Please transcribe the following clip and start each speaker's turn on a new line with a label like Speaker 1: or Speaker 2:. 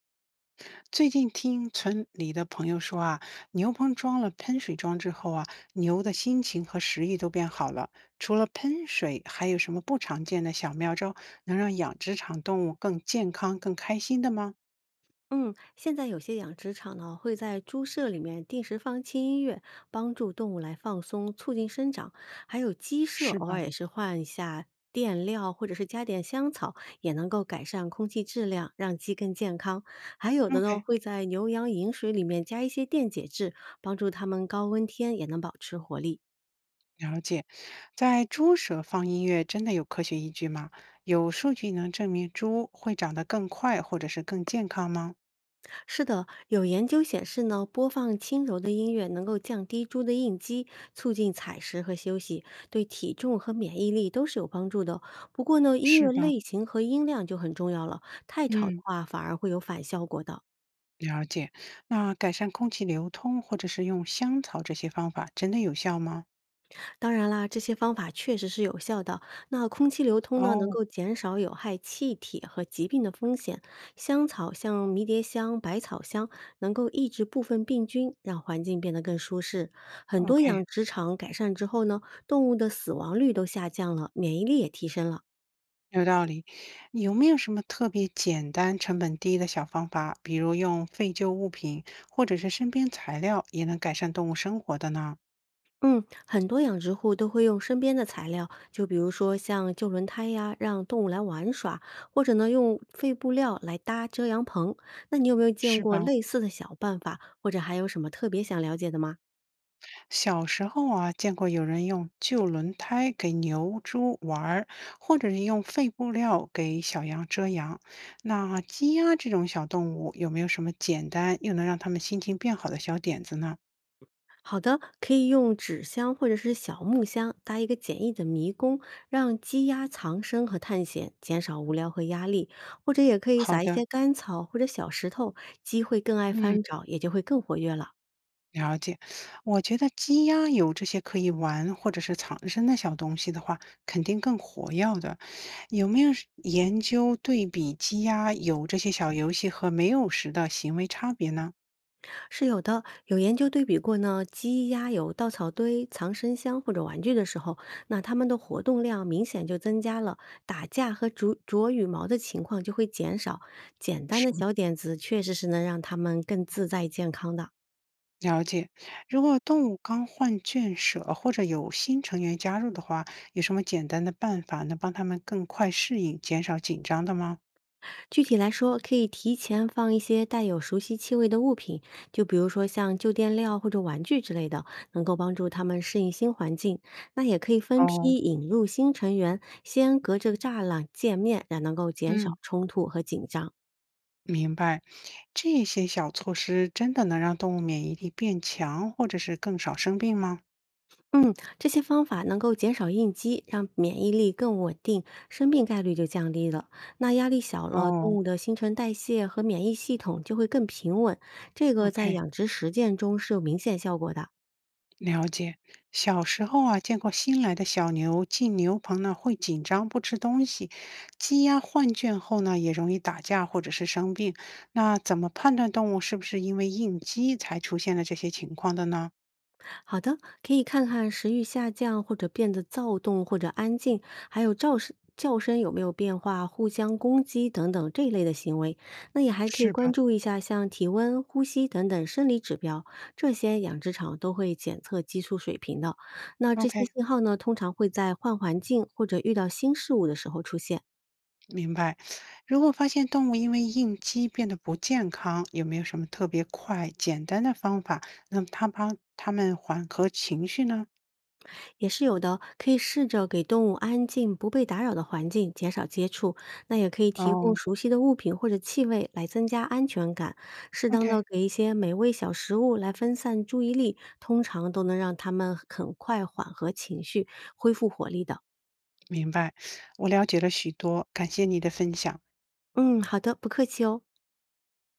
Speaker 1: 最近听村里的朋友说啊，牛棚装了喷水装置后啊，牛的心情和食欲都变好了。除了喷水，还有什么不常见的小妙招能让养殖场动物更健康、更开心的吗？
Speaker 2: 嗯，现在有些养殖场呢会在猪舍里面定时放轻音乐，帮助动物来放松，促进生长。还有鸡舍
Speaker 1: 是
Speaker 2: 偶尔
Speaker 1: 吧
Speaker 2: 也是换一下垫料，或者是加点香草，也能够改善空气质量，让鸡更健康。还有的呢
Speaker 1: ？OK，
Speaker 2: 会在牛羊饮水里面加一些电解质，帮助它们高温天也能保持活力。
Speaker 1: 了解。在猪舍放音乐真的有科学依据吗？有数据能证明猪会长得更快或者是更健康吗？
Speaker 2: 是的，有研究显示呢，播放轻柔的音乐能够降低猪的应激，促进采食和休息，对体重和免疫力都是有帮助的。不过呢，音
Speaker 1: 是
Speaker 2: 乐
Speaker 1: 吧？
Speaker 2: 类型和音量就很重要了，太吵的
Speaker 1: 嗯。
Speaker 2: 话反而会有反效果的。
Speaker 1: 了解，那改善空气流通或者是用香草这些方法真的有效吗？
Speaker 2: 当然啦，这些方法确实是有效的。那空气流通呢，能
Speaker 1: 哦
Speaker 2: 够减少有害气体和疾病的风险。香草像迷迭香、百草香，能够抑制部分病菌，让环境变得更舒适。很多
Speaker 1: ，OK，
Speaker 2: 养殖场改善之后呢，动物的死亡率都下降了，免疫力也提升了。
Speaker 1: 有道理。有没有什么特别简单、成本低的小方法，比如用废旧物品或者是身边材料也能改善动物生活的呢？
Speaker 2: 嗯，很多养殖户都会用身边的材料，就比如说像旧轮胎呀，让动物来玩耍，或者呢用废布料来搭遮阳棚。那你有没有见
Speaker 1: 是
Speaker 2: 过
Speaker 1: 吧？
Speaker 2: 类似的小办法，或者还有什么特别想了解的吗？
Speaker 1: 小时候啊，见过有人用旧轮胎给牛、猪玩儿或者是用废布料给小羊遮阳。那鸡鸭这种小动物有没有什么简单又能让它们心情变好的小点子呢？
Speaker 2: 好的，可以用纸箱或者是小木箱搭一个简易的迷宫，让鸡鸭藏身和探险，减少无聊和压力。或者也可以
Speaker 1: 好
Speaker 2: 撒一
Speaker 1: 的，
Speaker 2: 些干草或者小石头，鸡会更爱
Speaker 1: 嗯，
Speaker 2: 翻找，也就会更活跃了。
Speaker 1: 了解。我觉得鸡鸭有这些可以玩或者是藏身的小东西的话，肯定更活跃的。有没有是研究对比鸡鸭有这些小游戏和没有时的行为差别呢？
Speaker 2: 是有的，有研究对比过呢，鸡鸭有稻草堆、藏身箱或者玩具的时候，那它们的活动量明显就增加了，打架和啄羽毛的情况就会减少。简单的
Speaker 1: 是。
Speaker 2: 小点子确实是能让它们更自在健康的。
Speaker 1: 了解，如果动物刚换圈舍或者有新成员加入的话，有什么简单的办法能帮他们更快适应、减少紧张的吗？
Speaker 2: 具体来说，可以提前放一些带有熟悉气味的物品，就比如说像旧垫料或者玩具之类的，能够帮助它们适应新环境。那也可以分批
Speaker 1: 哦，
Speaker 2: 引入新成员，先隔着栅栏见面，也能够减少
Speaker 1: 嗯，
Speaker 2: 冲突和紧张。
Speaker 1: 明白。这些小措施真的能让动物免疫力变强，或者是更少生病吗？
Speaker 2: 嗯，这些方法能够减少应激，让免疫力更稳定，生病概率就降低了。那压力小了，动
Speaker 1: 哦，
Speaker 2: 物的新陈代谢和免疫系统就会更平稳，这个在
Speaker 1: ？OK，
Speaker 2: 养殖实践中是有明显效果的。
Speaker 1: 了解，小时候啊，见过新来的小牛进牛棚呢，会紧张不吃东西；鸡鸭换圈后呢，也容易打架或者是生病。那怎么判断动物是不是因为应激才出现了这些情况的呢？
Speaker 2: 好的，可以看看食欲下降或者变得躁动或者安静，还有噪声、叫声有没有变化，互相攻击等等这一类的行为。那也还可以
Speaker 1: 是
Speaker 2: 关
Speaker 1: 吧
Speaker 2: 注一下像体温、呼吸等等生理指标，这些养殖场都会检测激素水平的。那这些
Speaker 1: ？OK，
Speaker 2: 信号呢，通常会在换环境或者遇到新事物的时候出现。
Speaker 1: 明白。如果发现动物因为应激变得不健康，有没有什么特别快、简单的方法能它帮它们缓和情绪呢？
Speaker 2: 也是有的，可以试着给动物安静、不被打扰的环境，减少接触。那也可以提供
Speaker 1: 哦
Speaker 2: 熟悉的物品或者气味来增加安全感。适当的
Speaker 1: ，OK，
Speaker 2: 给一些美味小食物来分散注意力，通常都能让它们很快缓和情绪，恢复活力的。
Speaker 1: 明白。我了解了许多，感谢你的分享。
Speaker 2: 嗯，好的，不客气哦。